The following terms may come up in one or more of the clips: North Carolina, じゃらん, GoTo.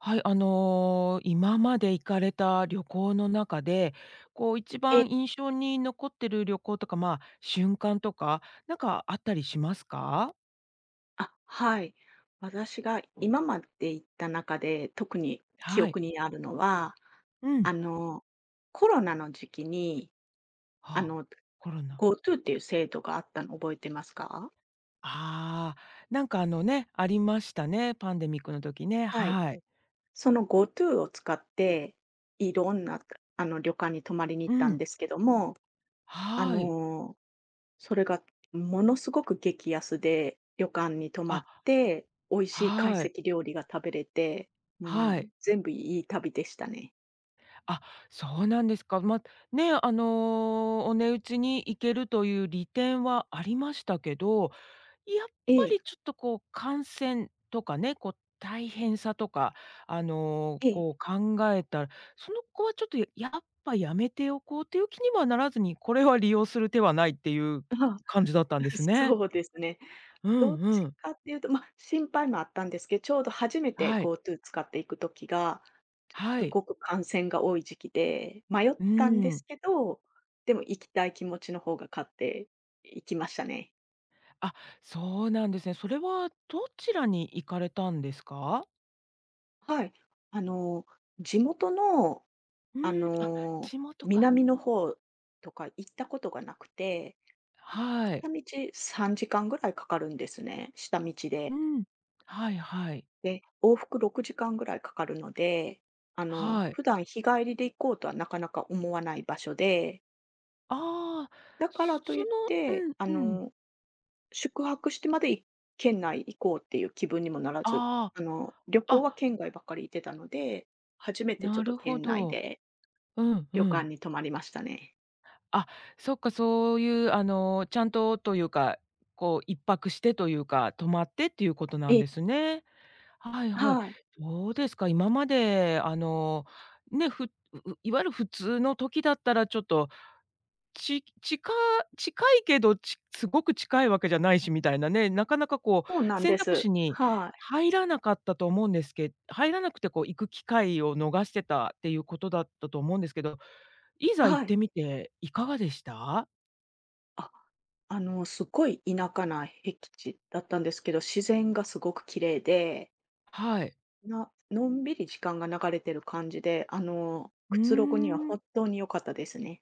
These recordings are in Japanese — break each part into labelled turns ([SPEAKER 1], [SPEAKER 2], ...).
[SPEAKER 1] はい、あの、今まで行かれた旅行の中で、こう一
[SPEAKER 2] ええ、
[SPEAKER 1] 番印象に残ってる旅行とか、まあ、瞬間とか、なんかあったりしますか？
[SPEAKER 2] あ、はい。私が今まで行った中で、特に記
[SPEAKER 1] はい。
[SPEAKER 2] 憶にあるのは、
[SPEAKER 1] うん。
[SPEAKER 2] あの、コロナの時期に、あ
[SPEAKER 1] あ、
[SPEAKER 2] の、
[SPEAKER 1] コロナ。
[SPEAKER 2] GoTo っていう制度があったの覚えてますか？
[SPEAKER 1] ああ、なんかあのね、ありましたね、パンデミックの時ね、
[SPEAKER 2] はい。
[SPEAKER 1] はい。
[SPEAKER 2] その GoTo を使って、いろんな、旅館に泊まりに行っ
[SPEAKER 1] う
[SPEAKER 2] たん
[SPEAKER 1] ん、
[SPEAKER 2] ですけども、あ
[SPEAKER 1] はい。
[SPEAKER 2] のそれがものすごく激安で、旅館に泊まっ
[SPEAKER 1] あ、
[SPEAKER 2] て、美味しい懐
[SPEAKER 1] は
[SPEAKER 2] 石
[SPEAKER 1] い、
[SPEAKER 2] 料理が食べれて、も
[SPEAKER 1] は
[SPEAKER 2] う
[SPEAKER 1] い。
[SPEAKER 2] 全部いい旅でしたね。
[SPEAKER 1] あ、そうなんですか。まあ、ね、あの、お値打ちに行けるという利点はありましたけど、やっ
[SPEAKER 2] え
[SPEAKER 1] ぱ
[SPEAKER 2] え、
[SPEAKER 1] りちょっとこう感染とかね、こう大変さとか、あの、
[SPEAKER 2] ええ。
[SPEAKER 1] こう考えたら、その子はちょっとやっぱやめておこうという気にはならずに、これは利用する手はないっていう
[SPEAKER 2] ああ、
[SPEAKER 1] 感じだったんで すね。
[SPEAKER 2] そうですね。
[SPEAKER 1] う
[SPEAKER 2] ど
[SPEAKER 1] ん
[SPEAKER 2] っ
[SPEAKER 1] う
[SPEAKER 2] ち
[SPEAKER 1] ん。
[SPEAKER 2] かっていうと、まあ、心配もあったんですけど、ちょうど初めて
[SPEAKER 1] はい、
[SPEAKER 2] GoTo 使っていく時が、
[SPEAKER 1] は
[SPEAKER 2] す
[SPEAKER 1] い。
[SPEAKER 2] ごく感染が多い時期で、迷っ
[SPEAKER 1] う
[SPEAKER 2] たんで
[SPEAKER 1] ん。
[SPEAKER 2] すけど、でも行きたい気持ちの方が勝って行きましたね。
[SPEAKER 1] あ、そうなんですね。それはどちらに行かれたんですか？
[SPEAKER 2] はい。あの、地元の
[SPEAKER 1] う
[SPEAKER 2] あ
[SPEAKER 1] ん、あ、
[SPEAKER 2] の、
[SPEAKER 1] 地元か。
[SPEAKER 2] 南の方とか行ったことがなくて、
[SPEAKER 1] はい。
[SPEAKER 2] 片道3時間ぐらいかかるんですね、下道
[SPEAKER 1] う
[SPEAKER 2] で。
[SPEAKER 1] ん。はいはい。
[SPEAKER 2] で、往復6時間ぐらいかかるので、
[SPEAKER 1] はい。
[SPEAKER 2] 普段日帰りで行こうとはなかなか思わない場所で、
[SPEAKER 1] ああ、
[SPEAKER 2] だからと
[SPEAKER 1] そ
[SPEAKER 2] いって、
[SPEAKER 1] うんうん。
[SPEAKER 2] 宿泊してまで県内行こうっていう気分にもならず、
[SPEAKER 1] あ
[SPEAKER 2] 旅
[SPEAKER 1] あ。
[SPEAKER 2] 行は
[SPEAKER 1] あ、
[SPEAKER 2] 県外ばっかり行ってたので、初めてちょ
[SPEAKER 1] な
[SPEAKER 2] っと
[SPEAKER 1] るほ
[SPEAKER 2] 県内
[SPEAKER 1] ど。
[SPEAKER 2] で
[SPEAKER 1] うんう
[SPEAKER 2] 旅
[SPEAKER 1] ん。
[SPEAKER 2] 館に泊まりましたね。
[SPEAKER 1] あ、そっか、そういう、あの、ちゃんとというか、こう一泊してというか、泊まってっていうことな
[SPEAKER 2] え
[SPEAKER 1] ん
[SPEAKER 2] え、
[SPEAKER 1] ですね。はいはい。
[SPEAKER 2] はい。
[SPEAKER 1] どうですか、今まで、あの、ね、ふうういわゆる普通の時だったらちょっとち近近いけど、ちすごく近いわけじゃないしみたいなね、なかなかこ
[SPEAKER 2] そうな
[SPEAKER 1] う
[SPEAKER 2] ん
[SPEAKER 1] 選
[SPEAKER 2] で
[SPEAKER 1] 択
[SPEAKER 2] す。
[SPEAKER 1] 肢に
[SPEAKER 2] はい。
[SPEAKER 1] 入らなかったと思うんですけ入らなくてこう行く機会を逃してたっていうことだったと思うんですけど、いざ行
[SPEAKER 2] は
[SPEAKER 1] っ
[SPEAKER 2] い。
[SPEAKER 1] てみていかがでした？
[SPEAKER 2] あ、すごい田舎な僻地だったんですけど、自然がすごく綺麗で、
[SPEAKER 1] はい。
[SPEAKER 2] のんびり時間が流れてる感じで、
[SPEAKER 1] う
[SPEAKER 2] く
[SPEAKER 1] ー
[SPEAKER 2] つろぐには
[SPEAKER 1] ん。
[SPEAKER 2] 本当に良かったですね。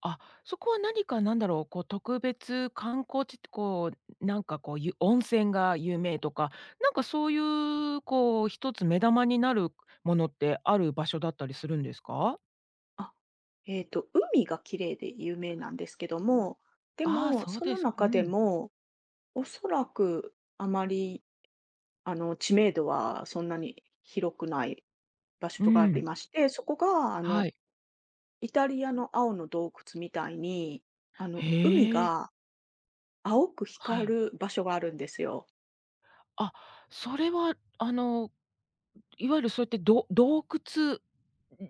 [SPEAKER 1] あ、そこは何か、なんだろう、こう特別観光地ってなんかこう、温泉が有名とか、なんかそういうこう一つ目玉になるものってある場所だったりするんですか？
[SPEAKER 2] あ、えっと、海が綺麗で有名なんですけども、で
[SPEAKER 1] ああ、
[SPEAKER 2] も、
[SPEAKER 1] そう
[SPEAKER 2] そ
[SPEAKER 1] で
[SPEAKER 2] の
[SPEAKER 1] すか。う
[SPEAKER 2] 中で
[SPEAKER 1] ん、
[SPEAKER 2] も、おそらくあまり、知名度はそんなに広くない場
[SPEAKER 1] う
[SPEAKER 2] 所があり
[SPEAKER 1] ん。
[SPEAKER 2] まして、そこが、
[SPEAKER 1] はい。
[SPEAKER 2] イタリアの青の洞窟みたいに、海
[SPEAKER 1] へえ、
[SPEAKER 2] が青く
[SPEAKER 1] は
[SPEAKER 2] 光
[SPEAKER 1] い。
[SPEAKER 2] る場所があるんですよ。
[SPEAKER 1] あ、それはあの、いわゆるそうやって洞窟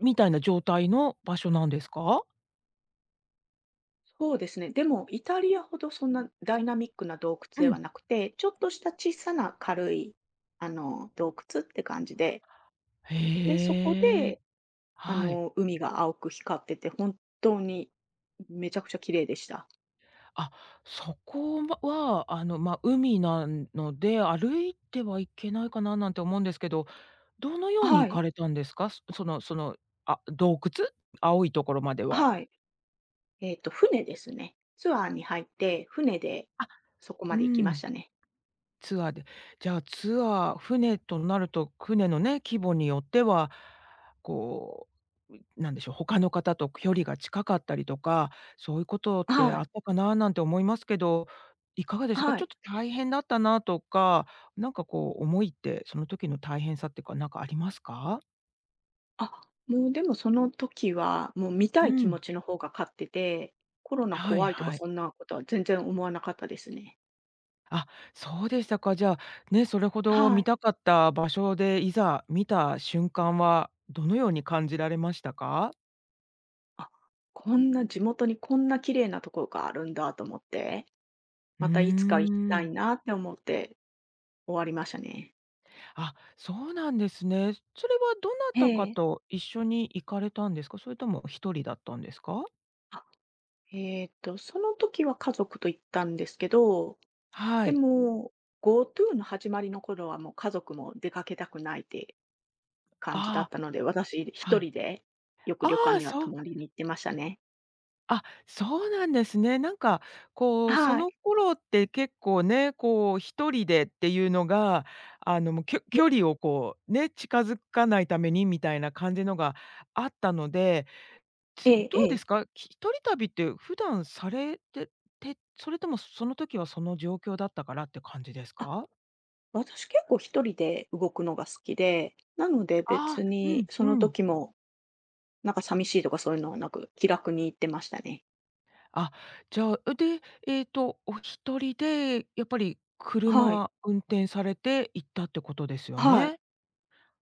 [SPEAKER 1] みたいな状態の場所なんですか？
[SPEAKER 2] そうですね。でも、イタリアほどそんなダイナミックな洞窟
[SPEAKER 1] う
[SPEAKER 2] では
[SPEAKER 1] ん。
[SPEAKER 2] なくて、ちょっとした小さな軽い、洞窟って感じで、で、そこ
[SPEAKER 1] へえ、
[SPEAKER 2] で、
[SPEAKER 1] はい。
[SPEAKER 2] 海が青く光ってて、本当にめちゃくちゃ綺麗でした。
[SPEAKER 1] あ、そこはあの、ま、海なので、歩いてはいけないかななんて思うんですけど、どのように
[SPEAKER 2] は
[SPEAKER 1] 行か
[SPEAKER 2] い。
[SPEAKER 1] れたんですか？あ、洞窟？青いところまでは。
[SPEAKER 2] はい。船ですね。ツアーに入って、船で
[SPEAKER 1] あ、
[SPEAKER 2] そこま
[SPEAKER 1] う
[SPEAKER 2] で行きまし
[SPEAKER 1] ん。
[SPEAKER 2] たね。
[SPEAKER 1] ツアーで、じゃあ、ツアー船となると、船のね、規模によっては、こう、なんでしょう、他の方と距離が近かったりとか、そういうことって
[SPEAKER 2] は
[SPEAKER 1] あっ
[SPEAKER 2] い。
[SPEAKER 1] たかななんて思いますけど、いかがですか？
[SPEAKER 2] は
[SPEAKER 1] ちょっ
[SPEAKER 2] い。
[SPEAKER 1] と大変だったなとか、なんかこう思いって、その時の大変さっていうか、なんかありますか？
[SPEAKER 2] あ、もうでもその時は、もう見た
[SPEAKER 1] う
[SPEAKER 2] い気持
[SPEAKER 1] ん。
[SPEAKER 2] ちの方が勝ってて、コロナ
[SPEAKER 1] はい
[SPEAKER 2] 怖いとか
[SPEAKER 1] はい。
[SPEAKER 2] そんなことは全然思わなかったですね。
[SPEAKER 1] あ、そうでしたか。じゃあ、ね、それほど
[SPEAKER 2] は
[SPEAKER 1] 見
[SPEAKER 2] い。
[SPEAKER 1] たかった場所で、いざ見た瞬間はどのように感じられましたか？
[SPEAKER 2] あ、こんな地元にこんな綺麗なところがあるんだと思って、
[SPEAKER 1] うー
[SPEAKER 2] またいつか行きた
[SPEAKER 1] ん。
[SPEAKER 2] いなって思って終わりましたね。
[SPEAKER 1] あ、そうなんですね。それはどな
[SPEAKER 2] え
[SPEAKER 1] たか
[SPEAKER 2] え。
[SPEAKER 1] と一緒に行かれたんですか？それとも一人だったんですか？
[SPEAKER 2] あ、その時は家族と行ったんですけど、
[SPEAKER 1] は
[SPEAKER 2] で
[SPEAKER 1] い。
[SPEAKER 2] も、GoTo の始まりの頃はもう家族も出かけたくないって感じだ
[SPEAKER 1] あ
[SPEAKER 2] ったので、私
[SPEAKER 1] あ、
[SPEAKER 2] 一
[SPEAKER 1] はい。
[SPEAKER 2] 人でよく
[SPEAKER 1] あ
[SPEAKER 2] 旅館
[SPEAKER 1] あ、
[SPEAKER 2] には
[SPEAKER 1] そう
[SPEAKER 2] 泊まりに行ってましたね。
[SPEAKER 1] あ、そうなんですね。なんかこう、そ
[SPEAKER 2] は
[SPEAKER 1] の
[SPEAKER 2] い。
[SPEAKER 1] 頃って結構ね、こう一人でっていうのが、あの、もう距離をこうね、近づかないためにみたいな感じのがあったので、
[SPEAKER 2] ええ
[SPEAKER 1] どう
[SPEAKER 2] え
[SPEAKER 1] で
[SPEAKER 2] え。
[SPEAKER 1] すか、一人旅って普段されてて、それともその時はその状況だったからって感じです
[SPEAKER 2] あ、
[SPEAKER 1] か？
[SPEAKER 2] 私結構一人で動くのが好きで、なので
[SPEAKER 1] ああ、
[SPEAKER 2] 別
[SPEAKER 1] う
[SPEAKER 2] に
[SPEAKER 1] ん
[SPEAKER 2] そ
[SPEAKER 1] う
[SPEAKER 2] の
[SPEAKER 1] ん。
[SPEAKER 2] 時も、なんか寂しいとかそういうのはなく、気楽に行ってましたね。
[SPEAKER 1] あ、じゃあ、で、えっと、お一人でやっぱり
[SPEAKER 2] はい。
[SPEAKER 1] 車運転されて行ったってことですよ
[SPEAKER 2] はい。
[SPEAKER 1] ね？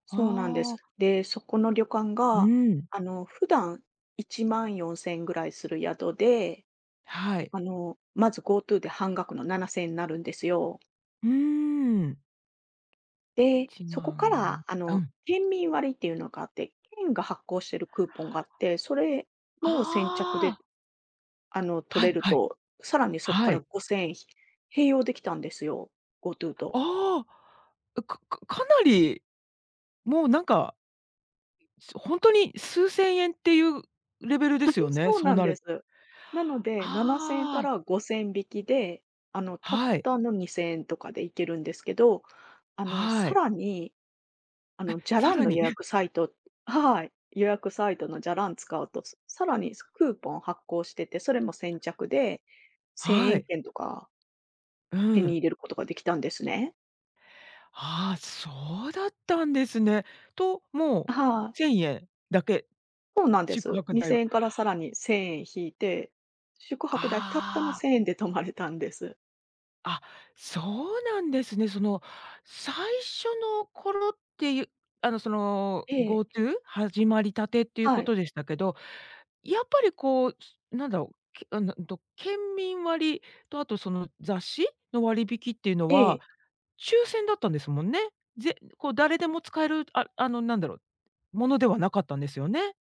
[SPEAKER 2] そうなんで
[SPEAKER 1] ああ、
[SPEAKER 2] す。で、そこの旅館
[SPEAKER 1] う
[SPEAKER 2] が、
[SPEAKER 1] ん、
[SPEAKER 2] 普段1万4000円ぐらいする宿で、
[SPEAKER 1] はい。
[SPEAKER 2] まず GoTo で半額の7000円になるんですよ。
[SPEAKER 1] うーん。
[SPEAKER 2] で、
[SPEAKER 1] 1
[SPEAKER 2] そこか
[SPEAKER 1] 万
[SPEAKER 2] ら、
[SPEAKER 1] 4うん。
[SPEAKER 2] 県民割っていうのがあって、県が発行してるクーポンがあって、それも先着で、
[SPEAKER 1] ああ、
[SPEAKER 2] 取
[SPEAKER 1] は
[SPEAKER 2] れ
[SPEAKER 1] い
[SPEAKER 2] る
[SPEAKER 1] はい、
[SPEAKER 2] と、さらにそこか
[SPEAKER 1] は
[SPEAKER 2] ら
[SPEAKER 1] い。
[SPEAKER 2] 5000円併用できたんですよ、GoTo と。
[SPEAKER 1] ああ、うかかかなり、もうなんかほんとに数千円っていうレベルですよね、
[SPEAKER 2] そう
[SPEAKER 1] そ
[SPEAKER 2] な
[SPEAKER 1] う
[SPEAKER 2] ん
[SPEAKER 1] な
[SPEAKER 2] で
[SPEAKER 1] る。
[SPEAKER 2] す。なので、7000円か
[SPEAKER 1] ああ、
[SPEAKER 2] ら5000引きで、たっ
[SPEAKER 1] はい、
[SPEAKER 2] たの2000円とかで行けるんですけど、あの、
[SPEAKER 1] は
[SPEAKER 2] さ
[SPEAKER 1] い。
[SPEAKER 2] らにあの、じゃ
[SPEAKER 1] さ
[SPEAKER 2] らん
[SPEAKER 1] ら
[SPEAKER 2] の予
[SPEAKER 1] に
[SPEAKER 2] 約 サイトはい、予約サイトのじゃらん使うと、さらにクーポン発行してて、それも先着で1000
[SPEAKER 1] は
[SPEAKER 2] 円
[SPEAKER 1] い、
[SPEAKER 2] 券とか
[SPEAKER 1] う
[SPEAKER 2] 手に
[SPEAKER 1] ん。
[SPEAKER 2] 入れることができたんですね。
[SPEAKER 1] ああ、そうだったんですね。と、もう
[SPEAKER 2] はい、
[SPEAKER 1] 千円だけ、
[SPEAKER 2] そうなんで
[SPEAKER 1] 宿
[SPEAKER 2] す。
[SPEAKER 1] 泊代
[SPEAKER 2] 2000
[SPEAKER 1] は。
[SPEAKER 2] 円からさらに1000円引いて、宿泊代たったの
[SPEAKER 1] あ
[SPEAKER 2] 1000円で泊まれたんです。
[SPEAKER 1] あ、あ、そうなんですね。その、最初の頃っていう、あの、その、
[SPEAKER 2] ええ、
[SPEAKER 1] GoTo？始まりたてっていう
[SPEAKER 2] は
[SPEAKER 1] こ
[SPEAKER 2] い、
[SPEAKER 1] とでしたけど、やっぱりこう、なんだろう、けあの、んと、県民割とあとその雑誌の割引っていうの
[SPEAKER 2] え
[SPEAKER 1] は、
[SPEAKER 2] え、
[SPEAKER 1] 抽選だったんですもんね。こう誰でも使える、あの、なんだろう、ものではなかったんですよね。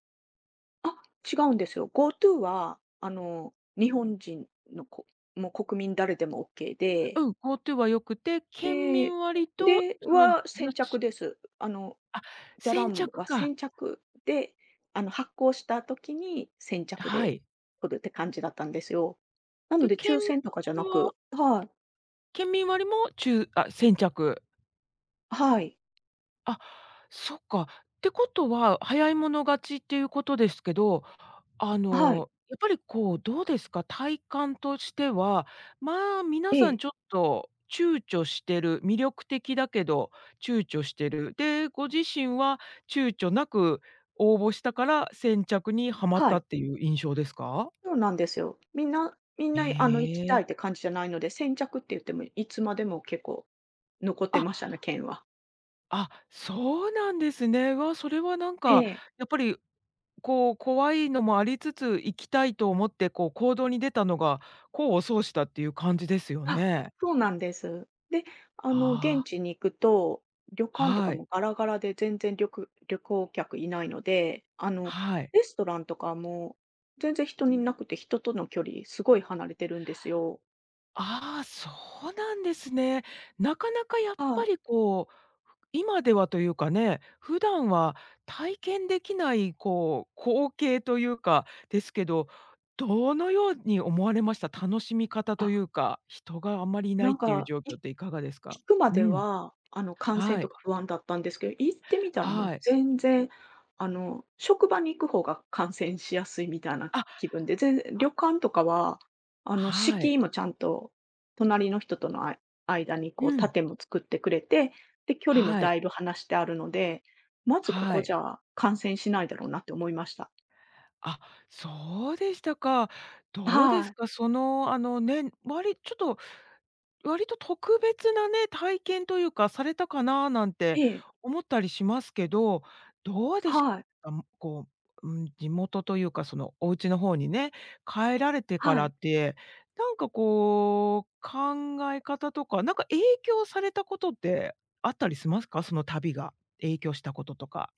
[SPEAKER 2] あ、違うんですよ。GoTo は日本人のもう国民誰でもオッケー
[SPEAKER 1] うん、GoTo は良くて、県
[SPEAKER 2] で、
[SPEAKER 1] 民割と
[SPEAKER 2] で、
[SPEAKER 1] その雑
[SPEAKER 2] は先着
[SPEAKER 1] 誌、
[SPEAKER 2] です。
[SPEAKER 1] あ、
[SPEAKER 2] じゃら
[SPEAKER 1] 先
[SPEAKER 2] ん
[SPEAKER 1] 着
[SPEAKER 2] は
[SPEAKER 1] か。
[SPEAKER 2] 先着で、発行した時に先着
[SPEAKER 1] は
[SPEAKER 2] で
[SPEAKER 1] い。
[SPEAKER 2] 取るって感じだったんですよ。なの
[SPEAKER 1] で、
[SPEAKER 2] で抽選とかじゃ
[SPEAKER 1] 割
[SPEAKER 2] な
[SPEAKER 1] は
[SPEAKER 2] くはい、
[SPEAKER 1] 県民割もちゅうあ、先着。
[SPEAKER 2] はい、
[SPEAKER 1] あ、そっか。ってことは、早い者勝ちっていうことですけど、あ
[SPEAKER 2] はい、
[SPEAKER 1] の、やっぱりこう、どうですか、体感としては、まあ、皆
[SPEAKER 2] え
[SPEAKER 1] さん
[SPEAKER 2] え、
[SPEAKER 1] ちょっと躊躇してる、魅力的だけど躊躇してる。で、ご自身は躊躇なく応募したから、先着にはまっ
[SPEAKER 2] は
[SPEAKER 1] た
[SPEAKER 2] い、
[SPEAKER 1] っていう印象ですか？
[SPEAKER 2] そうなんですよ。みんなみんな、行き
[SPEAKER 1] え
[SPEAKER 2] た
[SPEAKER 1] え。
[SPEAKER 2] いって感じじゃないので、先着って言ってもいつまでも結構残って
[SPEAKER 1] あ、
[SPEAKER 2] ましたね、券は。
[SPEAKER 1] あ、そうなんですね。わ、それはなん
[SPEAKER 2] え
[SPEAKER 1] か、
[SPEAKER 2] え。
[SPEAKER 1] やっぱりこう、怖いのもありつつ、行きたいと思ってこう行動に出たのが、功を奏したっていう感じですよ
[SPEAKER 2] あ、
[SPEAKER 1] ね。
[SPEAKER 2] そうなんです。で、現
[SPEAKER 1] ああ。
[SPEAKER 2] 地に行くと、旅館と
[SPEAKER 1] は
[SPEAKER 2] かも
[SPEAKER 1] い、
[SPEAKER 2] ガラガラで全然旅行客いないので、
[SPEAKER 1] はい。
[SPEAKER 2] レストランとかも全然人いなくて、人との距離すごい離れてるんですよ。
[SPEAKER 1] ああ、そうなんですね。なかなかやっ
[SPEAKER 2] は
[SPEAKER 1] ぱ
[SPEAKER 2] い。
[SPEAKER 1] りこう、今ではというかね、普段は体験できないこう、光景というかですけど、どのように思われました？楽しみ方と
[SPEAKER 2] あ、
[SPEAKER 1] いうか、人があんまりいな
[SPEAKER 2] な
[SPEAKER 1] いっ
[SPEAKER 2] ん
[SPEAKER 1] ていう
[SPEAKER 2] か、
[SPEAKER 1] 状況っていかがですか？
[SPEAKER 2] 行くま
[SPEAKER 1] う
[SPEAKER 2] で
[SPEAKER 1] ん、
[SPEAKER 2] は、感染
[SPEAKER 1] は
[SPEAKER 2] と
[SPEAKER 1] い、
[SPEAKER 2] か不安だったんですけど、行ってみたらもう
[SPEAKER 1] はい。
[SPEAKER 2] 全然、職場に行く方が感染しやすいみたいな
[SPEAKER 1] あ、
[SPEAKER 2] 気分で、全然旅館とかは、
[SPEAKER 1] は
[SPEAKER 2] 敷
[SPEAKER 1] い。
[SPEAKER 2] 居もちゃんと隣の人との間にこ
[SPEAKER 1] う
[SPEAKER 2] う
[SPEAKER 1] ん、
[SPEAKER 2] 盾も作ってくれて、で、距離も
[SPEAKER 1] はい、
[SPEAKER 2] だいぶ離してあるので、まずこ
[SPEAKER 1] は
[SPEAKER 2] こじ
[SPEAKER 1] い。
[SPEAKER 2] ゃ感染しないだろうなって思いました。
[SPEAKER 1] あ、そうでしたか。どうで
[SPEAKER 2] は
[SPEAKER 1] す
[SPEAKER 2] い。
[SPEAKER 1] か、その、あの、ね、割ちょっと、割と特別なね、体験というか、されたかななんて
[SPEAKER 2] ええ、
[SPEAKER 1] 思ったりしますけど、どうでし
[SPEAKER 2] はい、
[SPEAKER 1] あ、むこう、うん、地元というか、その、お家の方にね、帰られてか
[SPEAKER 2] は
[SPEAKER 1] らっ
[SPEAKER 2] い。
[SPEAKER 1] て、なんかこう、考え方とか、なんか影響されたことってあったりしますか？その旅が影響したこととか。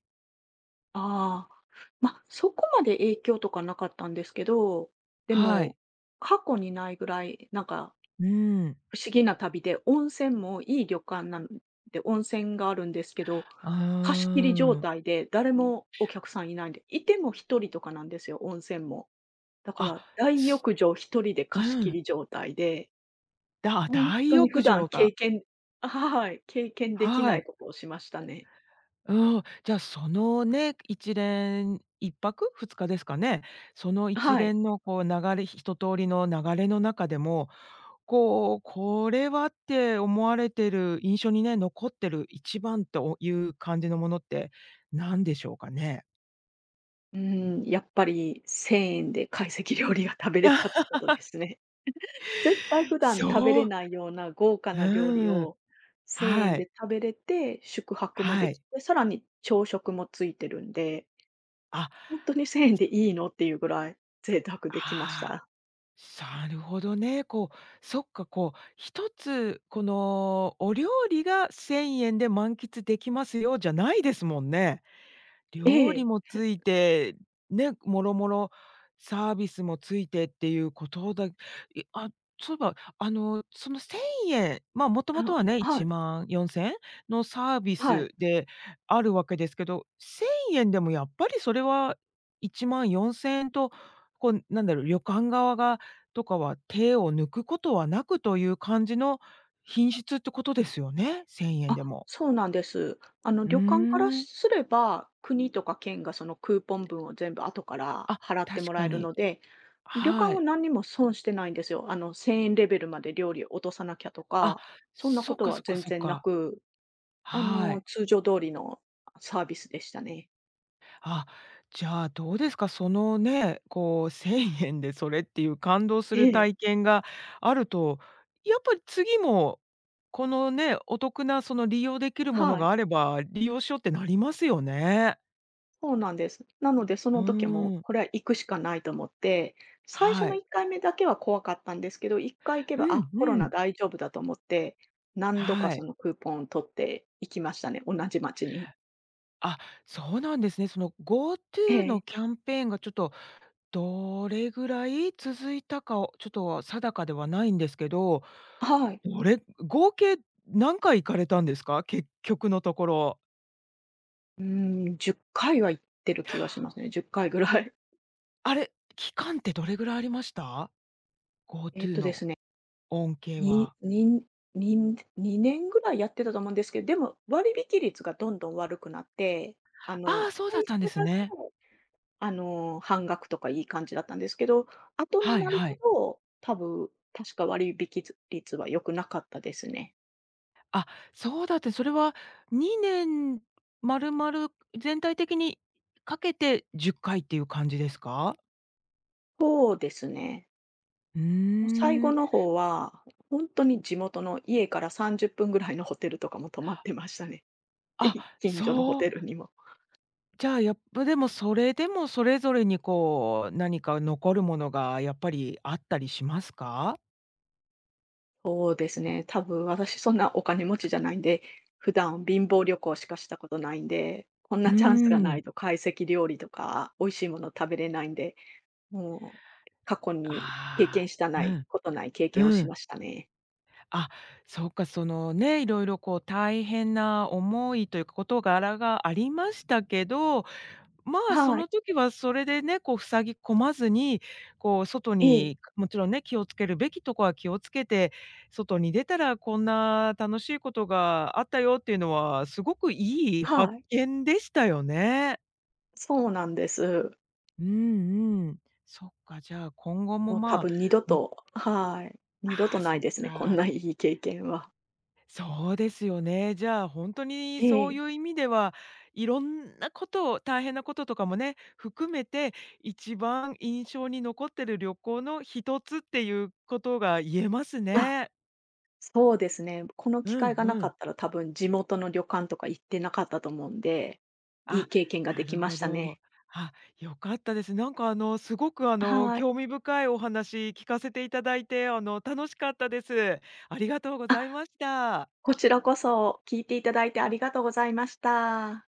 [SPEAKER 2] ああ、まあ、そこまで影響とかなかったんですけど、で
[SPEAKER 1] は
[SPEAKER 2] も、
[SPEAKER 1] い。
[SPEAKER 2] 過去にないぐらい、なんか、
[SPEAKER 1] うん。
[SPEAKER 2] 不思議な旅で、温泉もいい旅館なんで、温泉があるんですけど、
[SPEAKER 1] あ
[SPEAKER 2] 貸し切り状
[SPEAKER 1] あ。
[SPEAKER 2] 態で、誰もお客さんいないんで、いても一人とかなんですよ、温泉も。だか
[SPEAKER 1] あ、
[SPEAKER 2] ら、大
[SPEAKER 1] す
[SPEAKER 2] 浴場一人で
[SPEAKER 1] う
[SPEAKER 2] 貸し切
[SPEAKER 1] ん。
[SPEAKER 2] り状態で、
[SPEAKER 1] だ
[SPEAKER 2] 本
[SPEAKER 1] 大
[SPEAKER 2] 当に
[SPEAKER 1] 浴
[SPEAKER 2] 普段
[SPEAKER 1] 場が、
[SPEAKER 2] はい、経験でき
[SPEAKER 1] は
[SPEAKER 2] ない
[SPEAKER 1] い。
[SPEAKER 2] ことをしましたね。
[SPEAKER 1] うん。じゃあ、そのね、一泊二日ですかね。その一
[SPEAKER 2] はい。
[SPEAKER 1] 連のこう一通りの流れの中でも、こう、これはって思われてる、印象にね、残ってる一番という感じのものって何でしょうかね？
[SPEAKER 2] うん、やっぱり1000円で懐石料理が食べれたって ことですね。絶対普段食べ
[SPEAKER 1] そ
[SPEAKER 2] れ
[SPEAKER 1] う。
[SPEAKER 2] ないような豪華な料理
[SPEAKER 1] うん。
[SPEAKER 2] を1000円
[SPEAKER 1] はい。
[SPEAKER 2] で食べれて、宿泊もで
[SPEAKER 1] は
[SPEAKER 2] き
[SPEAKER 1] い。
[SPEAKER 2] て、さらに朝食もついてるんで、
[SPEAKER 1] あ、あ
[SPEAKER 2] ほんとに1000円でいいのっていうぐらい贅沢できまし
[SPEAKER 1] あ。
[SPEAKER 2] た。
[SPEAKER 1] るほどね。こう、そっか、こう、一つこのお料理が1000円で満喫できますよじゃないですもんね。
[SPEAKER 2] え
[SPEAKER 1] 料理
[SPEAKER 2] え。
[SPEAKER 1] もついて、ね、もろもろサービスもついてっていうことあ、そういえば、あの、その ¥1000、まあ、もともとはね、
[SPEAKER 2] はい、
[SPEAKER 1] 14000円のサービ
[SPEAKER 2] はい。
[SPEAKER 1] スであるわけですけど、¥1000 でもやっぱりそれは14000円と、こう、なんだろう、旅館側がとかは手を抜くことはなくという感じの品質ってことですよね？¥1000
[SPEAKER 2] あ、
[SPEAKER 1] でも。
[SPEAKER 2] そうなんです。
[SPEAKER 1] うー
[SPEAKER 2] 旅館から
[SPEAKER 1] ん。
[SPEAKER 2] すれば、国とか県がそのクーポン分を全部後から
[SPEAKER 1] あ、
[SPEAKER 2] 払っても
[SPEAKER 1] 確
[SPEAKER 2] ら
[SPEAKER 1] か
[SPEAKER 2] える
[SPEAKER 1] に。
[SPEAKER 2] ので、旅館
[SPEAKER 1] は
[SPEAKER 2] は
[SPEAKER 1] い。
[SPEAKER 2] 何にも損してないんですよ。1000円レベルまで料理を落とさなきゃと
[SPEAKER 1] あ、
[SPEAKER 2] か、そんなこ
[SPEAKER 1] そっ
[SPEAKER 2] と
[SPEAKER 1] か
[SPEAKER 2] は
[SPEAKER 1] そっか
[SPEAKER 2] 全
[SPEAKER 1] そっ
[SPEAKER 2] 然な
[SPEAKER 1] か。
[SPEAKER 2] く、
[SPEAKER 1] はい。
[SPEAKER 2] 通常通りのサービスでしたね。
[SPEAKER 1] あ、じゃあどうですか、そのね、こう1000円でそれっていう感動す
[SPEAKER 2] え
[SPEAKER 1] る
[SPEAKER 2] え、
[SPEAKER 1] 体験があると、やっぱり次も、このね、お得なその利用できるもの
[SPEAKER 2] はい。
[SPEAKER 1] があれば、利用しようってなりますよね。
[SPEAKER 2] そうなんです。なので、そ
[SPEAKER 1] うー
[SPEAKER 2] の時はもう、
[SPEAKER 1] ん、
[SPEAKER 2] これは行くしかないと思って、最初
[SPEAKER 1] は
[SPEAKER 2] の1
[SPEAKER 1] い。
[SPEAKER 2] 回目だけは怖かったんですけど、1回行け
[SPEAKER 1] う
[SPEAKER 2] ば、あ、
[SPEAKER 1] ん
[SPEAKER 2] コロ
[SPEAKER 1] う
[SPEAKER 2] ナ
[SPEAKER 1] ん。
[SPEAKER 2] 大丈夫だと思って、何度か
[SPEAKER 1] は
[SPEAKER 2] そ
[SPEAKER 1] い。
[SPEAKER 2] のクーポンを取って行きましたね、同じ町に。
[SPEAKER 1] あ、そうなんですね。その
[SPEAKER 2] え
[SPEAKER 1] GoTo
[SPEAKER 2] え。
[SPEAKER 1] のキャンペーンがちょっとどれぐらい続いたかを、ちょっと定かではないんですけど、
[SPEAKER 2] はい。
[SPEAKER 1] 合計何回行かれたんですか？結局のところ。
[SPEAKER 2] うーん、10回は行ってる気がしますね、10回ぐらい。
[SPEAKER 1] あれ、期間ってどれぐらいありました
[SPEAKER 2] えっ
[SPEAKER 1] ？GoTo
[SPEAKER 2] とで
[SPEAKER 1] の
[SPEAKER 2] すね、
[SPEAKER 1] 恩恵
[SPEAKER 2] に
[SPEAKER 1] は。
[SPEAKER 2] にににねん2年ぐらいやってたと思うんですけど、でも割引率がどんどん悪くなって、
[SPEAKER 1] ああ、そうだ
[SPEAKER 2] 最
[SPEAKER 1] った
[SPEAKER 2] 初
[SPEAKER 1] んです
[SPEAKER 2] だけ
[SPEAKER 1] ね。
[SPEAKER 2] 半額とかいい感じだったんですけど、後に
[SPEAKER 1] はい
[SPEAKER 2] なる
[SPEAKER 1] は
[SPEAKER 2] ほ
[SPEAKER 1] い。
[SPEAKER 2] ど、多分、確か割引率は良くなかったですね。
[SPEAKER 1] あ、そうだって、それは2年丸々全体的にかけて10回っていう感じですか？
[SPEAKER 2] そうですね。
[SPEAKER 1] う
[SPEAKER 2] もう最
[SPEAKER 1] ー
[SPEAKER 2] 後
[SPEAKER 1] ん。
[SPEAKER 2] の方は、本当に地元の家から30分ぐらいのホテルとかも泊まってましたね。
[SPEAKER 1] あ、
[SPEAKER 2] 近所のホ
[SPEAKER 1] そ
[SPEAKER 2] テル
[SPEAKER 1] う
[SPEAKER 2] にも。
[SPEAKER 1] じゃあ、やっぱでも、それでもそれぞれにこう、何か残るものがやっぱりあったりしますか？
[SPEAKER 2] そうですね、多分私そんなお金持ちじゃないんで、普段貧乏旅行しかしたことないんで、こん
[SPEAKER 1] う
[SPEAKER 2] なチャンスがな
[SPEAKER 1] ーん。
[SPEAKER 2] いと懐石料理とか美味しいもの食べれないんでもう、過去に経験
[SPEAKER 1] あ
[SPEAKER 2] した
[SPEAKER 1] あ、
[SPEAKER 2] な
[SPEAKER 1] う
[SPEAKER 2] い、
[SPEAKER 1] ん
[SPEAKER 2] ことない経験を
[SPEAKER 1] う
[SPEAKER 2] し
[SPEAKER 1] ん。
[SPEAKER 2] ましたね。
[SPEAKER 1] あ、そうか、そのね、いろいろこう大変な思いというか事柄がありましたけど、まあ、そ
[SPEAKER 2] は
[SPEAKER 1] の
[SPEAKER 2] い。
[SPEAKER 1] 時はそれでね、こう塞ぎ込まずに、こう外
[SPEAKER 2] ええ、
[SPEAKER 1] に、もちろんね、気をつけるべきとこは気をつけて、外に出たらこんな楽しいことがあったよっていうのは、すごくいい発
[SPEAKER 2] はい。
[SPEAKER 1] 見でしたよね。
[SPEAKER 2] そうなんです。
[SPEAKER 1] うんうん。そっか、じゃあ今後も
[SPEAKER 2] もう多
[SPEAKER 1] まあ、
[SPEAKER 2] 分二度
[SPEAKER 1] に、
[SPEAKER 2] とはい。二度
[SPEAKER 1] あ
[SPEAKER 2] と
[SPEAKER 1] あ、
[SPEAKER 2] な
[SPEAKER 1] そ
[SPEAKER 2] い
[SPEAKER 1] っ
[SPEAKER 2] ですね、こん
[SPEAKER 1] か。
[SPEAKER 2] ないい経験は。
[SPEAKER 1] そうですよね。じゃあ、本当に
[SPEAKER 2] え
[SPEAKER 1] そう
[SPEAKER 2] え。
[SPEAKER 1] いう意味では、いろんなことを大変なこととかもね、含めて、一番印象に残ってる旅行の一つっていうことが言えます
[SPEAKER 2] あ、
[SPEAKER 1] ね。
[SPEAKER 2] そうですね。この機
[SPEAKER 1] う
[SPEAKER 2] 会
[SPEAKER 1] ん
[SPEAKER 2] がな
[SPEAKER 1] う
[SPEAKER 2] か
[SPEAKER 1] ん。
[SPEAKER 2] ったら多分地元の旅館とか行ってなかったと思うんで、いい
[SPEAKER 1] あ、
[SPEAKER 2] 経験が
[SPEAKER 1] な
[SPEAKER 2] でき
[SPEAKER 1] る
[SPEAKER 2] ま
[SPEAKER 1] ほ
[SPEAKER 2] した
[SPEAKER 1] ど。
[SPEAKER 2] ね。
[SPEAKER 1] あ、良かったです。なんかあの、すごくあの、
[SPEAKER 2] はい。
[SPEAKER 1] 興味深いお話聞かせていただいて、あの、楽しかったです。ありがとうご
[SPEAKER 2] あ、
[SPEAKER 1] ざいました。
[SPEAKER 2] こちらこそ聞いていただいてありがとうございました。